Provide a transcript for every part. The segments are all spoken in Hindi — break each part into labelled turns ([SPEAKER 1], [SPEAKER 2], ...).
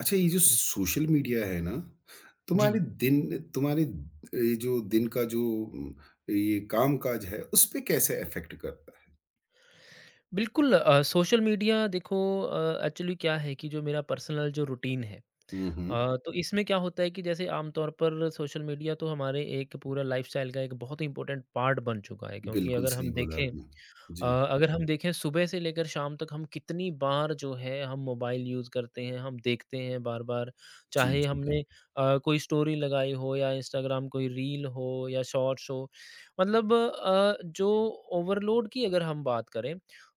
[SPEAKER 1] अच्छा ये जो
[SPEAKER 2] जी,
[SPEAKER 1] सोशल मीडिया है ना,
[SPEAKER 2] जी।
[SPEAKER 1] तुम्हारे ये जो दिन का जो ये काम-काज है, उस पे कैसे इफ़ेक्ट करता है?
[SPEAKER 2] बिल्कुल सोशल मीडिया देखो एक्चुअली क्या है कि जो मेरा पर्सनल जो रूटीन है
[SPEAKER 1] हुँ, हुँ।
[SPEAKER 2] तो इसमें क्या होता है कि जैसे आमतौर पर सोशल मीडिया तो हमारे एक पूरा लाइफस्टाइल का एक बहुत ही इम्पोर्टेंट पार्ट बन चुका है क्योंकि
[SPEAKER 1] बिल्कुल
[SPEAKER 2] अगर
[SPEAKER 1] सही
[SPEAKER 2] हम
[SPEAKER 1] बोला
[SPEAKER 2] देखें
[SPEAKER 1] आपने।
[SPEAKER 2] अ,
[SPEAKER 1] जी,
[SPEAKER 2] अगर हम देखें सुबह से लेकर शाम तक हम कितनी बार जो है हम मोबाइल यूज़ करते हैं, हम देखते हैं बार-बार।
[SPEAKER 1] जी,
[SPEAKER 2] चाहे
[SPEAKER 1] जी, जी।
[SPEAKER 2] हमने कोई स्टोरी लगाई हो या इंस्टाग्राम कोई रील हो या शॉर्ट्स हो। मतलब जो ओवरलोड की अगर हम बात करें,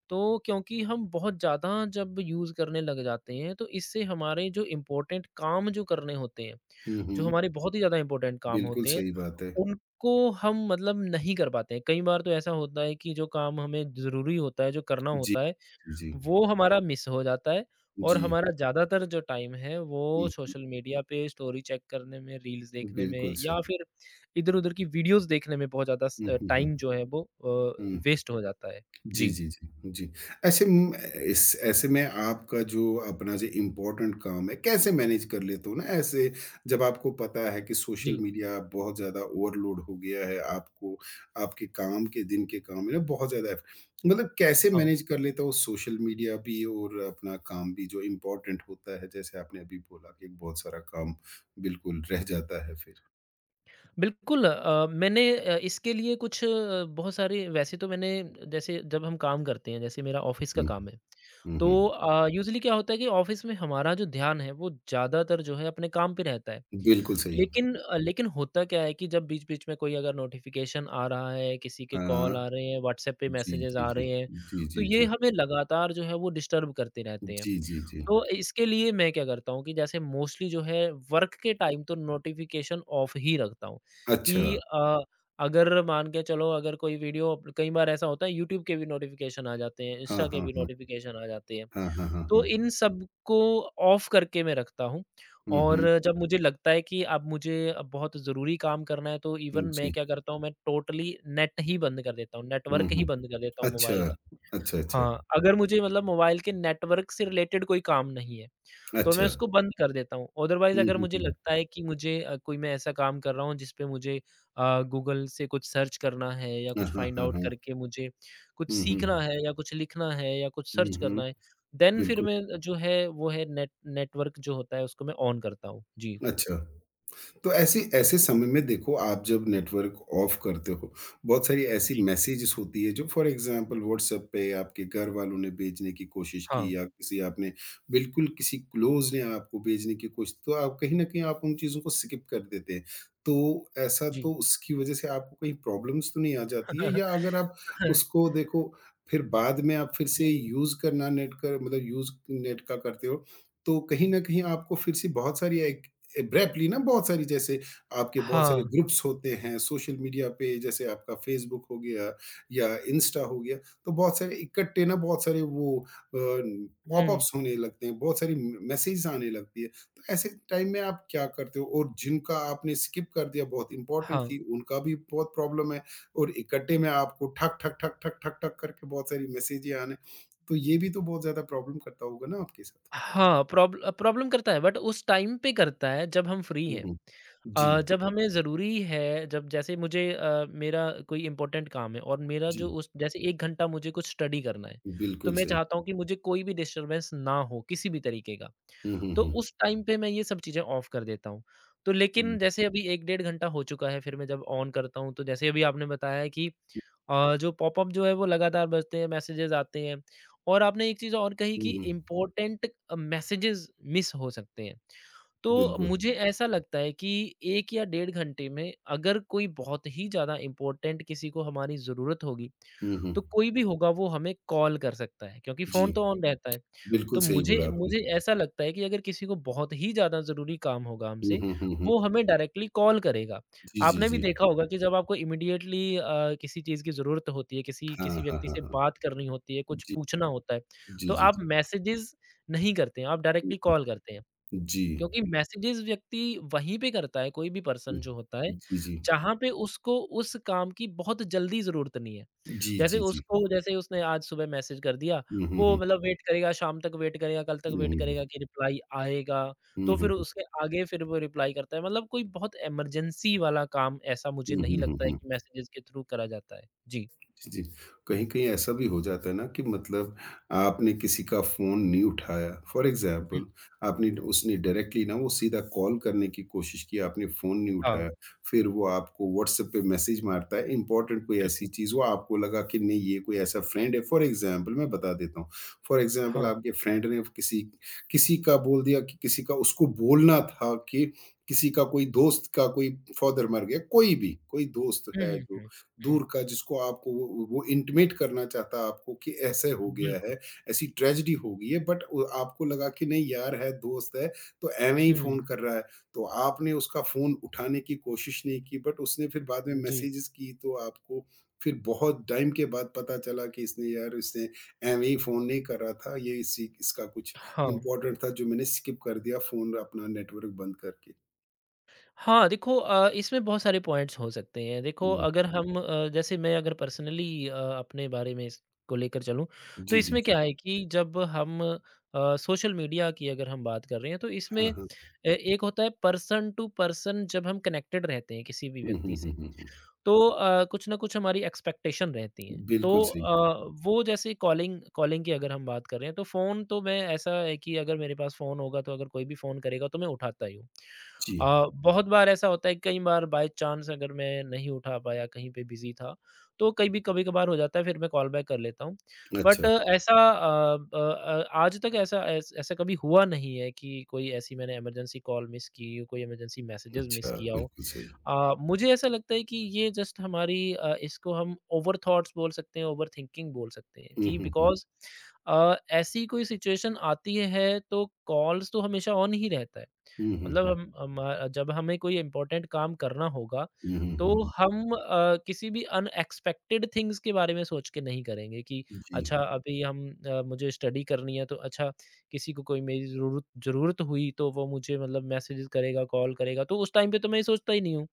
[SPEAKER 2] तो क्योंकि हम बहुत ज़्यादा जब यूज़ करने लग जाते हैं, तो इससे हमारे जो इम्पोर्टेंट काम जो करने होते हैं,
[SPEAKER 1] हुँ,
[SPEAKER 2] जो
[SPEAKER 1] हुँ।
[SPEAKER 2] हमारे बहुत ही ज़्यादा इम्पोर्टेंट काम
[SPEAKER 1] बिल्कुल
[SPEAKER 2] होते हैं
[SPEAKER 1] सही बात है।
[SPEAKER 2] उनको हम मतलब नहीं कर पाते हैं। कई बार तो ऐसा होता है कि जो काम हमें ज़रूरी होता है, जो करना
[SPEAKER 1] जी,
[SPEAKER 2] होता है,
[SPEAKER 1] जी, जी।
[SPEAKER 2] वो हमारा मिस हो जाता है और
[SPEAKER 1] जी।
[SPEAKER 2] हमारा ज़्यादातर जो टाइम है
[SPEAKER 1] हुँ,
[SPEAKER 2] वो
[SPEAKER 1] हुँ।
[SPEAKER 2] सोशल मीडिया पे स्टोरी चेक करने में, रील्स देखने
[SPEAKER 1] बिल्कुल
[SPEAKER 2] में या
[SPEAKER 1] सही।
[SPEAKER 2] फिर इधर-उधर की वीडियोज़ देखने में बहुत ज़्यादा
[SPEAKER 1] हुँ, हुँ, हुँ।
[SPEAKER 2] टाइम जो है वो
[SPEAKER 1] हुँ।
[SPEAKER 2] वेस्ट हो जाता है।
[SPEAKER 1] जी,
[SPEAKER 2] जी,
[SPEAKER 1] जी, जी, जी। ऐसे म इस ऐसे में आपका जो अपना जो इम्पोर्टेंट काम है, कैसे मैनेज कर लेते हो ना ऐसे जब आपको पता है कि सोशल
[SPEAKER 2] जी,
[SPEAKER 1] मीडिया बहुत ज़्यादा ओवरलोड हो गया है, आपको आपके काम के दिन के काम में ना बहुत ज़्यादा है। मतलब कैसे
[SPEAKER 2] हाँ।
[SPEAKER 1] मैनेज कर लेते हो सोशल मीडिया भी और अपना काम भी जो इम्पोर्टेंट होता है? जैसे आपने अभी बोला कि बहुत सारा काम बिल्कुल रह जाता है फिर।
[SPEAKER 2] बिल्कुल मैंने इसके लिए कुछ बहुत सारे वैसे तो मैंने जैसे जब हम काम करते हैं, जैसे मेरा ऑफ़िस का
[SPEAKER 1] हुँ, हुँ,
[SPEAKER 2] काम है।
[SPEAKER 1] हुँ,
[SPEAKER 2] तो
[SPEAKER 1] हुँ।
[SPEAKER 2] यूज़ुअली क्या होता है कि ऑफ़िस में हमारा जो ध्यान है, वो ज़्यादातर जो है अपने काम पे रहता है।
[SPEAKER 1] बिल्कुल सही।
[SPEAKER 2] लेकिन लेकिन होता क्या है कि जब बीच-बीच में कोई अगर नोटिफ़िकेशन आ रहा है, किसी के
[SPEAKER 1] हाँ,
[SPEAKER 2] कॉल
[SPEAKER 1] हाँ।
[SPEAKER 2] आ रहे हैं, व्हाट्सएप पे
[SPEAKER 1] जी,
[SPEAKER 2] मैसेजेस
[SPEAKER 1] जी,
[SPEAKER 2] आ
[SPEAKER 1] जी।
[SPEAKER 2] रहे हैं,
[SPEAKER 1] जी,
[SPEAKER 2] तो
[SPEAKER 1] जी,
[SPEAKER 2] ये
[SPEAKER 1] जी।
[SPEAKER 2] हमें लगातार जो है वो डिस्टर्ब करते रहते हैं।
[SPEAKER 1] जी, जी, जी।
[SPEAKER 2] तो इसके लिए मैं क्या करता हूँ कि जैसे मोस्टली जो है वर्क के टाइम तो नोटिफ़िकेशन ऑफ ही रखता हूँ
[SPEAKER 1] अच्छा।
[SPEAKER 2] कि अगर मान के चलो अगर कोई वीडियो अप कई बार ऐसा होता है यूट्यूब के भी नोटिफ़िकेशन आ जाते हैं,
[SPEAKER 1] हाँ,
[SPEAKER 2] इंस्टा के
[SPEAKER 1] हाँ,
[SPEAKER 2] भी
[SPEAKER 1] हाँ।
[SPEAKER 2] नोटिफ़िकेशन आ जाते हैं।
[SPEAKER 1] हाँ, हाँ, हाँ, हाँ।
[SPEAKER 2] तो इन सब को ऑफ करके मैं रखता हूँ
[SPEAKER 1] हुँ,
[SPEAKER 2] और
[SPEAKER 1] हुँ।
[SPEAKER 2] जब मुझे लगता है कि अब मुझे अब बहुत ज़रूरी काम करना है, तो इवन
[SPEAKER 1] हुँ,
[SPEAKER 2] मैं
[SPEAKER 1] जी।
[SPEAKER 2] क्या करता हूँ, मैं टोटली नेट ही बंद कर देता हूँ,
[SPEAKER 1] हुँ,
[SPEAKER 2] नेटवर्क ही
[SPEAKER 1] हुँ।
[SPEAKER 2] बंद कर देता हूँ
[SPEAKER 1] अच्छा।
[SPEAKER 2] मोबाइल का।
[SPEAKER 1] अच्छा, अच्छा।
[SPEAKER 2] हाँ, अगर मुझे मतलब मोबाइल के नेटवर्क से रिलेटेड कोई काम नहीं है, तो मैं
[SPEAKER 1] अच्छा।
[SPEAKER 2] उसको बंद कर देता हूँ। अदरवाइज़
[SPEAKER 1] हुँ,
[SPEAKER 2] अगर
[SPEAKER 1] हुँ,
[SPEAKER 2] मुझे
[SPEAKER 1] हुँ।
[SPEAKER 2] लगता है कि मुझे कोई मैं ऐसा काम कर रहा हूँ जिस पे मुझे गूगल से कुछ सर्च करना है या
[SPEAKER 1] हाँ,
[SPEAKER 2] कुछ
[SPEAKER 1] हाँ,
[SPEAKER 2] फाइंड
[SPEAKER 1] हाँ,
[SPEAKER 2] आउट
[SPEAKER 1] हाँ।
[SPEAKER 2] करके मुझे कुछ
[SPEAKER 1] हुँ, हुँ,
[SPEAKER 2] सीखना
[SPEAKER 1] हुँ।
[SPEAKER 2] है या कुछ लिखना है या कुछ
[SPEAKER 1] हुँ,
[SPEAKER 2] सर्च
[SPEAKER 1] हुँ।
[SPEAKER 2] करना है, देन फिर
[SPEAKER 1] बिल्कुल।
[SPEAKER 2] मैं जो है, वो है नेटवर्क जो होता है उसको मैं ऑन करता हूँ। जी।
[SPEAKER 1] अच्छा। तो ऐसे ऐसे समय में देखो आप जब नेटवर्क ऑफ करते हो, बहुत सारी ऐसी
[SPEAKER 2] जी,
[SPEAKER 1] मैसेजेस होती है जो फॉर एग्ज़ाम्पल व्हाट्सएप पे आपके घर वालों ने भेजने की कोशिश की
[SPEAKER 2] हाँ,
[SPEAKER 1] या किसी आपने बिल्कुल किसी क्लोज़ ने आपको भेजने की कोशिश तो आप कहीं न कहीं आप उन चीज़ों को स्किप कर देते हैं। तो ऐसा
[SPEAKER 2] जी।
[SPEAKER 1] तो उसकी वज़ह से आपको कहीं प्रॉब्लम्स तो नहीं आ जाती है या अगर आप उसको देखो फिर बाद में आप फिर से
[SPEAKER 2] हुँ।
[SPEAKER 1] यूज़ करना नेट का मतलब यूज़ नेट का करते हो, तो कहीं न कहीं आपको फिर से बहुत सारी एक एब्रैप्टली ना बहुत सारी जैसे आपके बहुत सारे
[SPEAKER 2] हाँ,
[SPEAKER 1] ग्रुप्स होते हैं सोशल मीडिया पे जैसे आपका फ़ेसबुक हो गया या इंस्टा हो गया, तो बहुत सारे इकट्ठे ना बहुत सारे वो
[SPEAKER 2] हुँ,
[SPEAKER 1] पॉपअप्स होने लगते हैं, बहुत सारी म मैसेजेस आने लगती है। तो ऐसे टाइम में आप क्या करते हो? और जिनका आपने स्किप कर दिया बहुत इम्पोर्टेंट
[SPEAKER 2] हाँ।
[SPEAKER 1] थी, उनका भी बहुत प्रॉब्लम है और इकट्ठे में आपको ठक, ठक, ठक, ठक, ठक, ठक करके बहुत सारी मैसेजें आने, तो ये भी तो बहुत ज़्यादा प्रॉब्लम करता होगा ना आपके साथ?
[SPEAKER 2] हाँ, प्रॉब्लम करता है बट उस टाइम पे करता है जब हम फ्री
[SPEAKER 1] हुँ,
[SPEAKER 2] हैं।
[SPEAKER 1] हुँ। जी,
[SPEAKER 2] जब हमें ज़रूरी है जब जैसे मुझे मेरा कोई इम्पोर्टेंट काम है और मेरा
[SPEAKER 1] जी।
[SPEAKER 2] जो उस जैसे 1 घंटा मुझे कुछ स्टडी करना है, तो
[SPEAKER 1] बिल्कुल
[SPEAKER 2] मैं
[SPEAKER 1] सही।
[SPEAKER 2] चाहता हूँ कि मुझे कोई भी डिस्टर्बेंस ना हो किसी भी तरीके का।
[SPEAKER 1] हुँ, हुँ,
[SPEAKER 2] तो
[SPEAKER 1] हुँ।
[SPEAKER 2] उस टाइम पे मैं ये सब चीज़ें ऑफ कर देता हूँ। तो
[SPEAKER 1] हुँ,
[SPEAKER 2] लेकिन जैसे अभी 1 डेढ़ घंटा हो चुका है फिर मैं जब ऑन करता हूँ तो जैसे अभी आपने बताया है कि जो पॉपअप जो है वो लगातार बजते हैं, मैसेजेस आते हैं। और आपने एक चीज़ और कही
[SPEAKER 1] हुँ,
[SPEAKER 2] कि
[SPEAKER 1] हुँ।
[SPEAKER 2] इम्पोर्टेंट मैसेजेस मिस हो सकते हैं। तो
[SPEAKER 1] बिल्कुल।
[SPEAKER 2] मुझे ऐसा लगता है कि 1 या डेढ़ घंटे में अगर कोई बहुत ही ज़्यादा इम्पोर्टेंट किसी को हमारी ज़रूरत होगी,
[SPEAKER 1] हुँ, हुँ।
[SPEAKER 2] तो कोई भी होगा वो हमें कॉल कर सकता है क्योंकि
[SPEAKER 1] जी,
[SPEAKER 2] फ़ोन तो ऑन रहता है।
[SPEAKER 1] बिल्कुल
[SPEAKER 2] तो
[SPEAKER 1] सही
[SPEAKER 2] मुझे
[SPEAKER 1] बोला आपने।
[SPEAKER 2] मुझे ऐसा लगता है कि अगर किसी को बहुत ही ज़्यादा ज़रूरी काम होगा
[SPEAKER 1] हुँ,
[SPEAKER 2] हमसे,
[SPEAKER 1] हुँ, हुँ, हुँ।
[SPEAKER 2] वो हमें डायरेक्टली कॉल करेगा।
[SPEAKER 1] जी, जी,
[SPEAKER 2] आपने भी
[SPEAKER 1] जी।
[SPEAKER 2] देखा होगा कि जब आपको इमीडिएटली किसी चीज़ की ज़रूरत होती है, किसी
[SPEAKER 1] हाँ,
[SPEAKER 2] किसी
[SPEAKER 1] हाँ,
[SPEAKER 2] व्यक्ति
[SPEAKER 1] हाँ,
[SPEAKER 2] से
[SPEAKER 1] हाँ।
[SPEAKER 2] बात करनी होती है, कुछ
[SPEAKER 1] जी,
[SPEAKER 2] पूछना होता है,
[SPEAKER 1] जी,
[SPEAKER 2] तो
[SPEAKER 1] जी,
[SPEAKER 2] आप
[SPEAKER 1] जी।
[SPEAKER 2] मैसेजेज़ नहीं करते हैं, आप डायरेक्टली
[SPEAKER 1] हुँ।
[SPEAKER 2] कॉल करते हैं।
[SPEAKER 1] जी,
[SPEAKER 2] क्योंकि मैसेजेस व्यक्ति वहीं पे करता है, कोई भी
[SPEAKER 1] जी।
[SPEAKER 2] पर्सन जो होता है,
[SPEAKER 1] जी, जी।
[SPEAKER 2] जहाँ पे उसको उस काम की बहुत जल्दी ज़रूरत नहीं है।
[SPEAKER 1] जी,
[SPEAKER 2] जैसे
[SPEAKER 1] जी, जी।
[SPEAKER 2] उसको जैसे उसने आज सुबह मैसेज कर दिया,
[SPEAKER 1] हुँ, हुँ,
[SPEAKER 2] वो
[SPEAKER 1] हुँ।
[SPEAKER 2] मतलब वेट करेगा, शाम तक वेट करेगा, कल तक
[SPEAKER 1] हुँ, हुँ,
[SPEAKER 2] वेट
[SPEAKER 1] हुँ।
[SPEAKER 2] करेगा कि रिप्लाई आएगा,
[SPEAKER 1] हुँ,
[SPEAKER 2] तो
[SPEAKER 1] हुँ,
[SPEAKER 2] फिर
[SPEAKER 1] हुँ।
[SPEAKER 2] उसके आगे फिर वो रिप्लाई करता है। मतलब कोई बहुत इमरजेंसी वाला काम ऐसा मुझे
[SPEAKER 1] हुँ,
[SPEAKER 2] नहीं
[SPEAKER 1] हुँ, हुँ,
[SPEAKER 2] लगता है
[SPEAKER 1] हुँ।
[SPEAKER 2] कि मैसेजेस के थ्रू करा जाता है। जी।
[SPEAKER 1] जी, जी। कहीं-कहीं ऐसा भी हो जाता है ना कि मतलब आपने किसी का फ़ोन नहीं उठाया, फ़ॉर
[SPEAKER 2] हुँ,
[SPEAKER 1] एग्ज़ाम्पल आपने उसने डायरेक्टली ना वो सीधा कॉल करने की कोशिश की, आपने फ़ोन नहीं
[SPEAKER 2] हाँ,
[SPEAKER 1] उठाया, फिर वो आपको व्हाट्सएप पे मैसेज मारता है, इम्पोर्टेंट कोई ऐसी
[SPEAKER 2] बिल्कुल।
[SPEAKER 1] चीज़ वो आपको लगा कि नहीं ये कोई ऐसा फ्रेंड है फ़ॉर एग्ज़ाम्पल मैं बता देता हूँ। फ़ॉर एग्ज़ाम्पल
[SPEAKER 2] हाँ।
[SPEAKER 1] आपके फ्रेंड ने किसी किसी का बोल दिया कि किसी का उसको बोलना था कि किसी का कोई दोस्त का कोई फ़ादर मर गया, कोई भी, कोई दोस्त
[SPEAKER 2] हुँ,
[SPEAKER 1] है
[SPEAKER 2] हुँ,
[SPEAKER 1] जो
[SPEAKER 2] हुँ। हुँ,
[SPEAKER 1] दूर का जिसको आपको वो इंटिमेट करना चाहता आपको कि ऐसे हो गया
[SPEAKER 2] बिल्कुल।
[SPEAKER 1] है, ऐसी ट्रेजेडी हो गई है बट आपको लगा कि नहीं यार है, दोस्त है, तो ऐवें ही फ़ोन
[SPEAKER 2] हुँ,
[SPEAKER 1] कर रहा है। तो आपने उसका फ़ोन उठाने की कोशिश नहीं की बट उसने फिर बाद में
[SPEAKER 2] जी।
[SPEAKER 1] मैसेजेज़ की तो आपको फिर बहुत टाइम के बाद पता चला कि इसने यार इसने ऐवें ही फ़ोन नहीं कर रहा था, ये इसी इसका कुछ
[SPEAKER 2] हाँ।
[SPEAKER 1] इम्पोर्टेंट था जो मैंने स्किप कर दिया फ़ोन अपना नेटवर्क बंद करके।
[SPEAKER 2] हाँ, देखो इसमें बहुत सारे पॉइंट्स हो सकते हैं। देखो
[SPEAKER 1] हुँ,
[SPEAKER 2] अगर हुँ। हम जैसे मैं अगर पर्सनली अपने बारे में इसको लेकर चलूँ, तो
[SPEAKER 1] जी, जी,
[SPEAKER 2] इसमें
[SPEAKER 1] जी।
[SPEAKER 2] क्या है कि जब हम सोशल मीडिया की अगर हम बात कर रहे हैं, तो इसमें
[SPEAKER 1] हाँ, हाँ।
[SPEAKER 2] ए एक होता है पर्सन टू पर्सन जब हम कनेक्टेड रहते हैं किसी भी
[SPEAKER 1] हुँ, हुँ,
[SPEAKER 2] व्यक्ति से,
[SPEAKER 1] हुँ, हुँ, हुँ।
[SPEAKER 2] तो कुछ ना कुछ हमारी एक्सपेक्टेशन रहती हैं। तो
[SPEAKER 1] बिल्कुल सही।
[SPEAKER 2] वो जैसे कॉलिंग कॉलिंग की अगर हम बात कर रहे हैं, तो फ़ोन तो मैं ऐसा है कि अगर मेरे पास फ़ोन होगा, तो अगर कोई भी फ़ोन करेगा, तो मैं उठाता ही हूँ।
[SPEAKER 1] जी।
[SPEAKER 2] बहुत बार ऐसा होता है कई बार बाय चांस अगर मैं नहीं उठा पाया कहीं पे बिज़ी था, तो कई भी कभी-कभार हो जाता है फिर मैं कॉल बैक कर लेता हूँ। बट
[SPEAKER 1] अच्छा,
[SPEAKER 2] ऐसा आज तक ऐसा कभी हुआ नहीं है कि कोई ऐसी मैंने इमरजेंसी कॉल मिस की, कोई इमरजेंसी मैसेजेज़ मिस
[SPEAKER 1] अच्छा,
[SPEAKER 2] किया हो।
[SPEAKER 1] बिल्कुल सही।
[SPEAKER 2] मुझे ऐसा लगता है कि ये जस्ट हमारी इसको हम ओवर थॉट्स बोल सकते हैं, ओवर थिंकिंग बोल सकते हैं
[SPEAKER 1] हुँ,
[SPEAKER 2] कि
[SPEAKER 1] हुँ, हुँ।
[SPEAKER 2] बिकॉज़ ऐसी कोई सिचुएशन आती है तो कॉल्स तो हमेशा ऑन ही रहता है।
[SPEAKER 1] हुँ, हुँ,
[SPEAKER 2] मतलब
[SPEAKER 1] हुँ।
[SPEAKER 2] हम हमा जब हमें कोई इम्पोर्टेंट काम करना होगा,
[SPEAKER 1] हुँ, हुँ,
[SPEAKER 2] तो
[SPEAKER 1] हुँ, हुँ।
[SPEAKER 2] हुँ। हम किसी भी अनएक्सपेक्टेड थिंग्स के बारे में सोच के नहीं करेंगे कि
[SPEAKER 1] जी।
[SPEAKER 2] अच्छा अभी हम मुझे स्टडी करनी है तो अच्छा किसी को कोई मेरी ज़रूरत ज़रूरत हुई तो वो मुझे मतलब मैसेजेस करेगा, कॉल करेगा, तो उस टाइम पे तो मैं ये सोचता ही नहीं हूँ।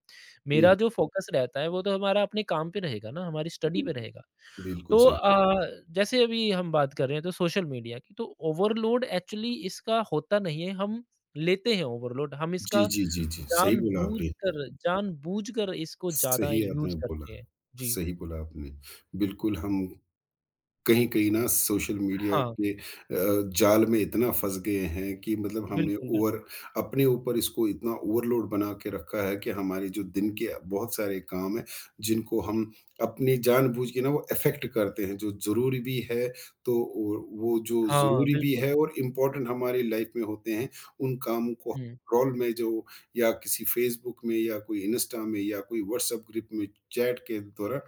[SPEAKER 1] हुँ, हुँ,
[SPEAKER 2] मेरा जो फ़ोकस रहता है वो तो हमारा अपने काम पे रहेगा ना, हमारी स्टडी
[SPEAKER 1] बिल्कुल,
[SPEAKER 2] पे रहेगा।
[SPEAKER 1] बिल्कुल
[SPEAKER 2] तो
[SPEAKER 1] सही।
[SPEAKER 2] जैसे अभी हम बात कर रहे हैं तो सोशल मीडिया की, तो ओवरलोड एक्चुअली इसका होता नहीं है, हम लेते हैं ओवरलोड। हम
[SPEAKER 1] जी,
[SPEAKER 2] इसका
[SPEAKER 1] जी, जी, जी, सही बोला आपने।
[SPEAKER 2] जानबूझकर जानबूझकर इसको ज़्यादा
[SPEAKER 1] सही आपने
[SPEAKER 2] यूज़
[SPEAKER 1] बोला।
[SPEAKER 2] करते हैं। जी।
[SPEAKER 1] सही बोला आपने। बिल्कुल हम कहीं-कहीं ना सोशल मीडिया
[SPEAKER 2] हाँ,
[SPEAKER 1] के जाल में इतना फँस गए हैं कि मतलब हमने
[SPEAKER 2] बिल्कुल, बिल्कुल।
[SPEAKER 1] ओवर अपने ऊपर इसको इतना ओवरलोड बना के रखा है कि हमारे जो दिन के बहुत सारे काम हैं, जिनको हम अपनी जानबूझ के ना वो अफ़ेक्ट करते हैं, जो ज़रूरी भी है तो और वो जो
[SPEAKER 2] हाँ,
[SPEAKER 1] ज़रूरी भी
[SPEAKER 2] बिल्कुल।
[SPEAKER 1] है और इम्पोर्टेंट हमारी लाइफ़ में होते हैं, उन कामों को
[SPEAKER 2] हुँ,
[SPEAKER 1] रोल में जो या किसी फ़ेसबुक में या कोई इंस्टा में या कोई व्हाट्सएप ग्रुप में चैट के द्वारा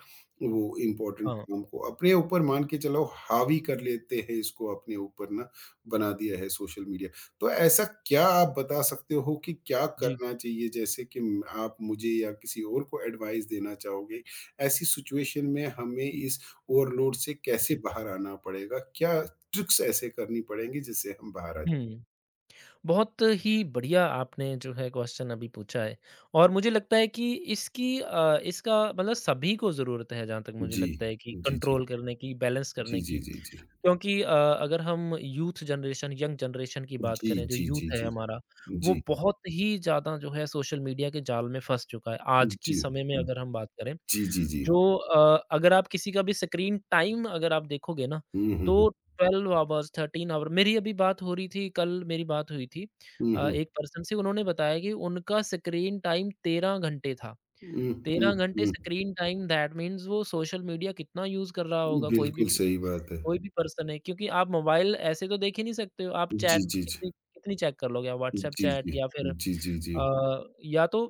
[SPEAKER 1] वो इम्पोर्टेंट
[SPEAKER 2] हाँ।
[SPEAKER 1] काम को अपने ऊपर मान के चलो हावी कर लेते हैं इसको अपने ऊपर ना बना दिया है सोशल मीडिया। तो ऐसा क्या आप बता सकते हो कि क्या
[SPEAKER 2] जी,
[SPEAKER 1] करना चाहिए जैसे कि म आप मुझे या किसी और को एडवाइस देना चाहोगे, ऐसी सिचुएशन में हमें इस ओवरलोड से कैसे
[SPEAKER 2] जी।
[SPEAKER 1] बाहर आना पड़ेगा? क्या ट्रिक्स ऐसे करनी पड़ेंगी जिससे हम बाहर आ जाएँ?
[SPEAKER 2] हुँ। बहुत ही बढ़िया आपने जो है क्वेश्चन अभी पूछा है और मुझे लगता है कि इसकी इसका मतलब सभी को ज़रूरत है जहाँ तक मुझे
[SPEAKER 1] जी,
[SPEAKER 2] लगता है कि
[SPEAKER 1] जी, जी।
[SPEAKER 2] कंट्रोल करने की, बैलेंस
[SPEAKER 1] जी,
[SPEAKER 2] करने
[SPEAKER 1] जी,
[SPEAKER 2] की।
[SPEAKER 1] जी, जी।
[SPEAKER 2] क्योंकि अगर हम यूथ जनरेशन यंग जनरेशन की बात
[SPEAKER 1] जी,
[SPEAKER 2] करें जो
[SPEAKER 1] जी, जी,
[SPEAKER 2] यूथ है
[SPEAKER 1] जी।
[SPEAKER 2] हमारा,
[SPEAKER 1] जी,
[SPEAKER 2] वो बहुत ही ज़्यादा जो है सोशल मीडिया के जाल में फँस चुका है। आज की
[SPEAKER 1] जी।
[SPEAKER 2] समय में अगर हम बात करें,
[SPEAKER 1] जी, जी, जी।
[SPEAKER 2] जो अगर आप किसी का भी स्क्रीन टाइम अगर आप देखोगे ना,
[SPEAKER 1] हुँ, हुँ, हुँ।
[SPEAKER 2] तो 12 आवर्स 13 आवर मेरी अभी बात हो रही थी कल मेरी बात हुई थी
[SPEAKER 1] हुँ, हुँ।
[SPEAKER 2] एक पर्सन से उन्होंने बताया कि उनका स्क्रीन टाइम 13 घंटे था।
[SPEAKER 1] हुँ, हुँ,
[SPEAKER 2] 13 घंटे
[SPEAKER 1] हुँ।
[SPEAKER 2] स्क्रीन टाइम दैट मीन्स वो सोशल मीडिया कितना यूज़ कर रहा होगा कोई भी
[SPEAKER 1] बिल्कुल सही बात है।
[SPEAKER 2] कोई भी पर्सन है क्योंकि आप मोबाइल ऐसे तो देख ही नहीं सकते हो। आप
[SPEAKER 1] जी,
[SPEAKER 2] चैट
[SPEAKER 1] जी, जी।
[SPEAKER 2] कितनी कितनी चेक कर लोगे आप व्हाट्सएप
[SPEAKER 1] जी,
[SPEAKER 2] चैट
[SPEAKER 1] जी।
[SPEAKER 2] या फिर
[SPEAKER 1] जी, जी, जी।
[SPEAKER 2] अ, या तो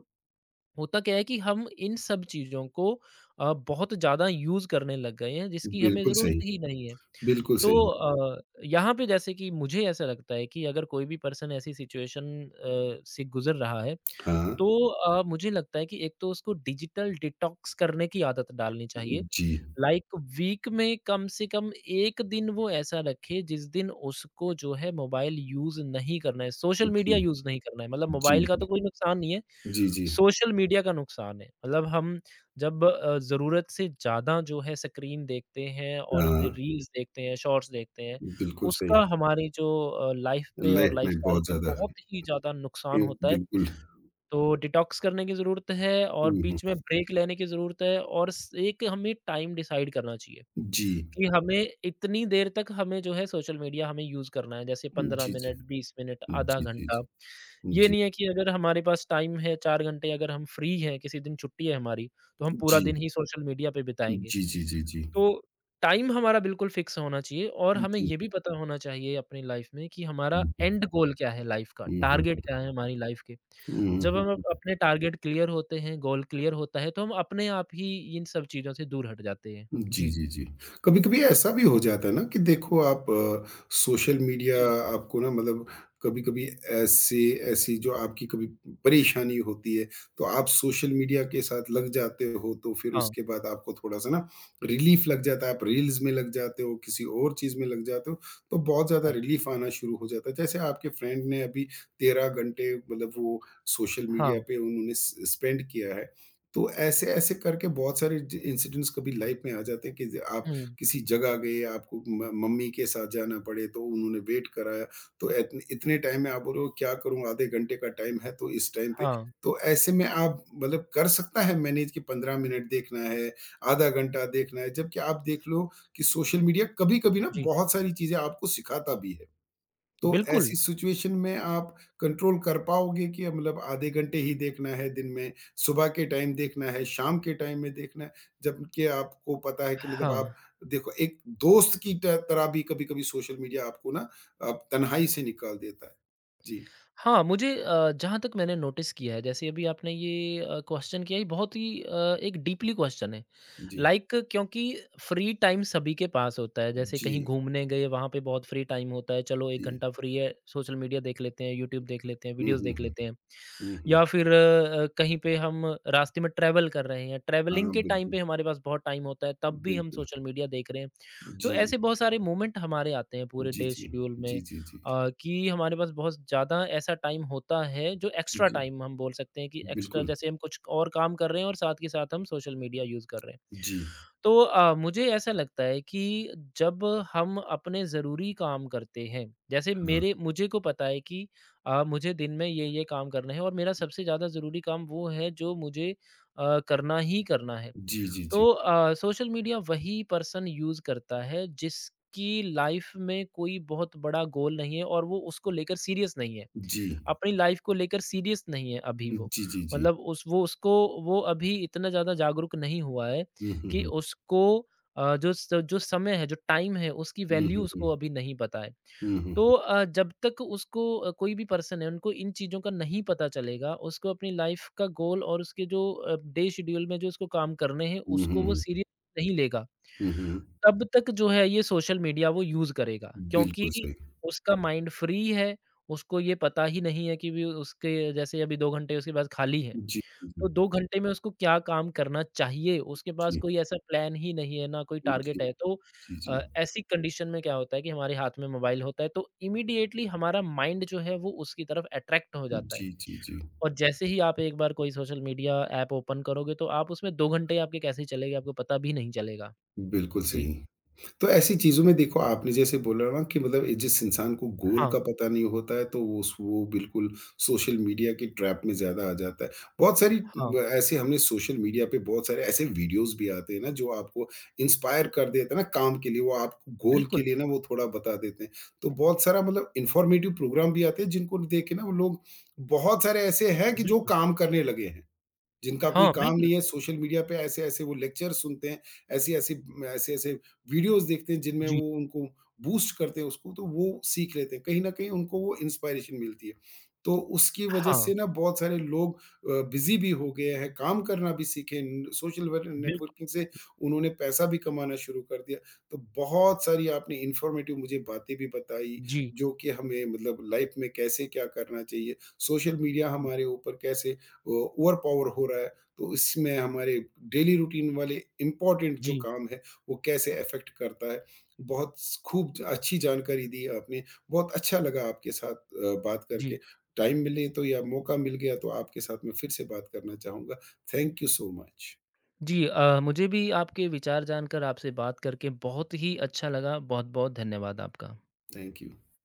[SPEAKER 2] होता क्या है कि हम इन सब चीज़ों को बहुत ज़्यादा यूज़ करने लग गए हैं जिसकी हमें
[SPEAKER 1] बिल्कुल
[SPEAKER 2] ज़रूरत
[SPEAKER 1] सही,
[SPEAKER 2] ही नहीं है।
[SPEAKER 1] बिल्कुल
[SPEAKER 2] तो
[SPEAKER 1] सही।
[SPEAKER 2] यहाँ पे जैसे कि मुझे ऐसा लगता है कि अगर कोई भी पर्सन ऐसी सिचुएशन से गुज़र रहा है,
[SPEAKER 1] हाँ,
[SPEAKER 2] तो मुझे लगता है कि एक तो उसको डिजिटल डिटॉक्स करने की आदत डालनी चाहिए।
[SPEAKER 1] जी।
[SPEAKER 2] लाइक वीक में कम से कम 1 दिन वो ऐसा रखे जिस दिन उसको जो है मोबाइल यूज़ नहीं करना है, सोशल
[SPEAKER 1] जी,
[SPEAKER 2] मीडिया यूज़ नहीं करना है। मतलब
[SPEAKER 1] जी,
[SPEAKER 2] मोबाइल का
[SPEAKER 1] जी।
[SPEAKER 2] तो कोई नुकसान नहीं है।
[SPEAKER 1] जी, जी।
[SPEAKER 2] सोशल मीडिया का नुकसान है। मतलब हम जब ज़रूरत से ज़्यादा जो है स्क्रीन देखते हैं और र
[SPEAKER 1] हाँ,
[SPEAKER 2] रील्स देखते हैं, शॉर्ट्स देखते हैं,
[SPEAKER 1] बिल्कुल
[SPEAKER 2] उसका
[SPEAKER 1] सही।
[SPEAKER 2] हमारी जो लाइफ़ पे और
[SPEAKER 1] लाइफ में
[SPEAKER 2] लाइफ़स्टाइल
[SPEAKER 1] बहुत
[SPEAKER 2] पे
[SPEAKER 1] ज़्यादा
[SPEAKER 2] बहुत ही ज़्यादा
[SPEAKER 1] ए,
[SPEAKER 2] नुकसान होता है।
[SPEAKER 1] बिल्कुल।
[SPEAKER 2] तो डिटॉक्स करने की ज़रूरत है और
[SPEAKER 1] हुँ, हुँ।
[SPEAKER 2] बीच में ब्रेक लेने की ज़रूरत है और स एक हमें टाइम डिसाइड करना चाहिए।
[SPEAKER 1] जी।
[SPEAKER 2] कि हमें इतनी देर तक हमें जो है सोशल मीडिया हमें यूज़ करना है, जैसे 15
[SPEAKER 1] जी, जी।
[SPEAKER 2] मिनट, 20 मिनट, आधा
[SPEAKER 1] जी, जी,
[SPEAKER 2] घंटा।
[SPEAKER 1] जी।
[SPEAKER 2] ये
[SPEAKER 1] जी।
[SPEAKER 2] नहीं है कि अगर हमारे पास टाइम है 4 घंटे अगर हम फ्री हैं, किसी दिन छुट्टी है हमारी, तो हम पूरा
[SPEAKER 1] जी।
[SPEAKER 2] दिन ही सोशल मीडिया पे बिताएँगे।
[SPEAKER 1] जी, जी, जी, जी।
[SPEAKER 2] तो टाइम हमारा बिल्कुल फ़िक्स होना चाहिए और हमें
[SPEAKER 1] जी।
[SPEAKER 2] ये भी पता होना चाहिए अपनी लाइफ़ में कि हमारा
[SPEAKER 1] हुँ, हुँ।
[SPEAKER 2] एंड गोल क्या है लाइफ़ का,
[SPEAKER 1] हुँ, हुँ,
[SPEAKER 2] टारगेट क्या
[SPEAKER 1] हुँ।
[SPEAKER 2] है हमारी लाइफ़ के।
[SPEAKER 1] हुँ,
[SPEAKER 2] जब
[SPEAKER 1] हुँ,
[SPEAKER 2] हम अप
[SPEAKER 1] हुँ।
[SPEAKER 2] अपने टारगेट क्लियर होते हैं, गोल क्लियर होता है, तो हम अपने आप ही इन सब चीज़ों से दूर हट जाते हैं।
[SPEAKER 1] जी,
[SPEAKER 2] जी।
[SPEAKER 1] जी, जी। कभी-कभी ऐसा भी हो जाता है ना कि देखो आप सोशल मीडिया
[SPEAKER 2] जी।
[SPEAKER 1] आपको ना मतलब कभी-कभी ऐसे ऐसी जो आपकी कभी परेशानी होती है, तो आप सोशल मीडिया के साथ लग जाते हो, तो फिर
[SPEAKER 2] हाँ,
[SPEAKER 1] उसके बाद आपको थोड़ा-सा ना रिलीफ़ लग जाता है, आप रील्स में लग जाते हो, किसी और चीज़ में लग जाते हो, तो बहुत ज़्यादा
[SPEAKER 2] हाँ।
[SPEAKER 1] रिलीफ़ आना शुरू हो जाता है। जैसे आपके फ्रेंड ने अभी 13 घंटे मतलब वो सोशल मीडिया
[SPEAKER 2] हाँ,
[SPEAKER 1] पे उन्होंने स स्पेंड किया है, तो ऐसे-ऐसे करके बहुत सारे ज इंसिडेंट्स कभी लाइफ में आ जाते हैं कि ज आप
[SPEAKER 2] हुँ,
[SPEAKER 1] किसी जगह गए, आपको म मम्मी के साथ जाना पड़े तो उन्होंने वेट कराया। तो इतने इतने टाइम में आप बोल रहे हो क्या करूँ आधे घंटे का टाइम है तो इस टाइम पे
[SPEAKER 2] हाँ,
[SPEAKER 1] तो ऐसे में आप मतलब कर सकता है मैनेज कि 15 मिनट देखना है, आधा घंटा देखना है, जबकि आप देख लो कि सोशल मीडिया कभी-कभी ना
[SPEAKER 2] जी,
[SPEAKER 1] बहुत सारी चीज़ें आपको सिखाता भी है। तो
[SPEAKER 2] बिल्कुल,
[SPEAKER 1] ऐसी सिचुएशन में आप कंट्रोल कर पाओगे कि मतलब आधे घंटे ही देखना है दिन में, सुबह के टाइम देखना है, शाम के टाइम में देखना है, जबकि आपको पता है कि मतलब आप
[SPEAKER 2] हाँ,
[SPEAKER 1] देखो एक दोस्त की त तरह भी कभी-कभी सोशल मीडिया आपको ना तन्हाई से निकाल देता है। जी,
[SPEAKER 2] हाँ, मुझे जहाँ तक मैंने नोटिस किया है, जैसे अभी आपने ये क्वेश्चन किया, ये बहुत ही एक डीपली क्वेश्चन है।
[SPEAKER 1] जी,
[SPEAKER 2] लाइक क्योंकि फ्री टाइम सभी के पास होता है, जैसे कहीं
[SPEAKER 1] जी,
[SPEAKER 2] घूमने गए, वहाँ पे बहुत फ्री टाइम होता है, चलो
[SPEAKER 1] जी।
[SPEAKER 2] 1 घंटा फ्री है, सोशल मीडिया देख लेते हैं, यूट्यूब देख लेते हैं,
[SPEAKER 1] हुँ,
[SPEAKER 2] वीडियोज़
[SPEAKER 1] हुँ,
[SPEAKER 2] देख
[SPEAKER 1] हुँ।
[SPEAKER 2] लेते हैं।
[SPEAKER 1] हुँ, हुँ।
[SPEAKER 2] या फिर कहीं पे हम रास्ते में ट्रैवल कर रहे हैं, ट्रैवलिंग
[SPEAKER 1] हाँ,
[SPEAKER 2] के टाइम
[SPEAKER 1] बिल्कुल,
[SPEAKER 2] पे हमारे पास बहुत टाइम होता है, तब भी हम
[SPEAKER 1] बिल्कुल।
[SPEAKER 2] सोशल मीडिया देख रहे हैं। तो
[SPEAKER 1] जी,
[SPEAKER 2] ऐसे बहुत सारे मोमेंट हमारे आते हैं पूरे
[SPEAKER 1] जी,
[SPEAKER 2] डे
[SPEAKER 1] जी।
[SPEAKER 2] शेड्यूल
[SPEAKER 1] जी,
[SPEAKER 2] में।
[SPEAKER 1] जी, जी।
[SPEAKER 2] कि हमारे पास बहुत ज़्यादा ऐसा टाइम होता है जो एक्स्ट्रा
[SPEAKER 1] जी,
[SPEAKER 2] टाइम हम बोल सकते हैं कि एक्स्ट्रा
[SPEAKER 1] बिल्कुल।
[SPEAKER 2] जैसे हम कुछ और काम कर रहे हैं और साथ के साथ हम सोशल मीडिया यूज़ कर रहे हैं
[SPEAKER 1] जी,
[SPEAKER 2] तो मुझे ऐसा लगता है कि जब हम अपने ज़रूरी काम करते हैं, जैसे
[SPEAKER 1] हाँ।
[SPEAKER 2] मेरे मुझे को पता है कि मुझे दिन में ये-ये काम करने हैं और मेरा सबसे ज़्यादा ज़रूरी काम वो है जो मुझे करना ही करना है।
[SPEAKER 1] जी, जी, जी।
[SPEAKER 2] तो सोशल मीडिया वही पर्सन यूज़ करता है जिसकी लाइफ में कोई बहुत बड़ा गोल नहीं है और वो उसको लेकर सीरियस नहीं है।
[SPEAKER 1] जी।
[SPEAKER 2] अपनी लाइफ को लेकर सीरियस नहीं है अभी वो।
[SPEAKER 1] जी, जी, जी।
[SPEAKER 2] मतलब उस वो उसको वो अभी इतना ज़्यादा जागरूक नहीं हुआ है
[SPEAKER 1] हुँ, हुँ,
[SPEAKER 2] कि
[SPEAKER 1] हुँ।
[SPEAKER 2] उसको जो स जो समय है, जो टाइम है, उसकी
[SPEAKER 1] हुँ,
[SPEAKER 2] वैल्यू
[SPEAKER 1] हुँ,
[SPEAKER 2] उसको
[SPEAKER 1] हुँ।
[SPEAKER 2] अभी नहीं पता है।
[SPEAKER 1] हुँ, हुँ, हुँ।
[SPEAKER 2] तो जब तक उसको कोई भी पर्सन है, उनको इन चीज़ों का नहीं पता चलेगा, उसको अपनी लाइफ का गोल और उसके जो डे शेड्यूल में जो उसको काम करने हैं,
[SPEAKER 1] हुँ, हुँ,
[SPEAKER 2] उसको वो
[SPEAKER 1] हुँ।
[SPEAKER 2] सीरियस नहीं लेगा।
[SPEAKER 1] हुँ, हुँ।
[SPEAKER 2] तब तक जो है ये सोशल मीडिया वो यूज़ करेगा
[SPEAKER 1] बिल्कुल
[SPEAKER 2] क्योंकि
[SPEAKER 1] सही।
[SPEAKER 2] उसका माइंड फ्री है, उसको ये पता ही नहीं है कि भी उसके जैसे अभी 2 घंटे उसके पास खाली है।
[SPEAKER 1] जी, जी,
[SPEAKER 2] तो 2 घंटे में उसको क्या काम करना चाहिए, उसके पास
[SPEAKER 1] जी।
[SPEAKER 2] कोई ऐसा प्लान ही नहीं है, ना कोई
[SPEAKER 1] जी, जी,
[SPEAKER 2] टारगेट है। तो
[SPEAKER 1] जी, जी।
[SPEAKER 2] ऐसी कंडीशन में क्या होता है कि हमारे हाथ में मोबाइल होता है, तो इमीडिएटली हमारा माइंड जो है वो उसकी तरफ अट्रैक्ट हो जाता है।
[SPEAKER 1] जी, जी, जी।
[SPEAKER 2] और जैसे ही आप एक बार कोई सोशल मीडिया ऐप ओपन करोगे, तो आप उसमें 2 घंटे आपके कैसे चले गए, आपको पता भी नहीं चलेगा।
[SPEAKER 1] बिल्कुल
[SPEAKER 2] जी।
[SPEAKER 1] सही। तो ऐसी चीज़ों में देखो आपने जैसे बोला ना कि मतलब ए जिस इंसान को गोल
[SPEAKER 2] हाँ,
[SPEAKER 1] का पता नहीं होता है तो वो बिल्कुल सोशल मीडिया की ट्रैप में ज़्यादा आ जाता है। बहुत सारी
[SPEAKER 2] हाँ,
[SPEAKER 1] ब ऐसे हमने सोशल मीडिया पे बहुत सारे ऐसे वीडियोज़ भी आते हैं ना जो आपको इंस्पायर कर देते हैं ना काम के लिए, वो आपको गोल के
[SPEAKER 2] बिल्कुल,
[SPEAKER 1] लिए ना वो थोड़ा बता देते हैं। तो बहुत सारा मतलब इन्फॉर्मेटिव प्रोग्राम भी आते हैं जिनको देख के ना वो लोग बहुत सारे ऐसे हैं कि जो
[SPEAKER 2] बिल्कुल।
[SPEAKER 1] काम करने लगे हैं। जिनका कोई
[SPEAKER 2] हाँ,
[SPEAKER 1] काम
[SPEAKER 2] बिल्कुल।
[SPEAKER 1] नहीं है, सोशल मीडिया पे ऐसे-ऐसे वो लेक्चर सुनते हैं, ऐसी-ऐसी ऐसे-ऐसे वीडियोज़ देखते हैं जिनमें
[SPEAKER 2] जी,
[SPEAKER 1] वो उनको बूस्ट करते हैं उसको, तो वो सीख लेते हैं। कहीं न कहीं उनको वो इंस्पायरेशन मिलती है। तो उसकी वजह
[SPEAKER 2] हाँ,
[SPEAKER 1] से ना बहुत सारे लोग बिज़ी भी हो गए हैं, काम करना भी सीखे न सोशल वर
[SPEAKER 2] बिल्कुल।
[SPEAKER 1] नेटवर्किंग से उन्होंने पैसा भी कमाना शुरू कर दिया। तो बहुत सारी आपने इन्फॉर्मेटिव मुझे बातें भी बताई,
[SPEAKER 2] जी,
[SPEAKER 1] जो कि हमें मतलब लाइफ़ में कैसे क्या करना चाहिए, सोशल मीडिया हमारे ऊपर कैसे ओवर पावर हो रहा है, तो इसमें हमारे डेली रूटीन वाले इम्पोर्टेंट जो
[SPEAKER 2] जी,
[SPEAKER 1] काम है, वो कैसे अफ़ेक्ट करता है। बहुत स खूब अच्छी जानकारी दी आपने, बहुत अच्छा लगा आपके साथ बात करके।
[SPEAKER 2] जी।
[SPEAKER 1] टाइम मिले तो या मौका मिल गया तो आपके साथ मैं फिर से बात करना चाहूँगा। Thank you so much.
[SPEAKER 2] जी मुझे भी आपके विचार जानकर आपसे बात करके बहुत ही अच्छा लगा। बहुत-बहुत धन्यवाद आपका।
[SPEAKER 1] Thank you.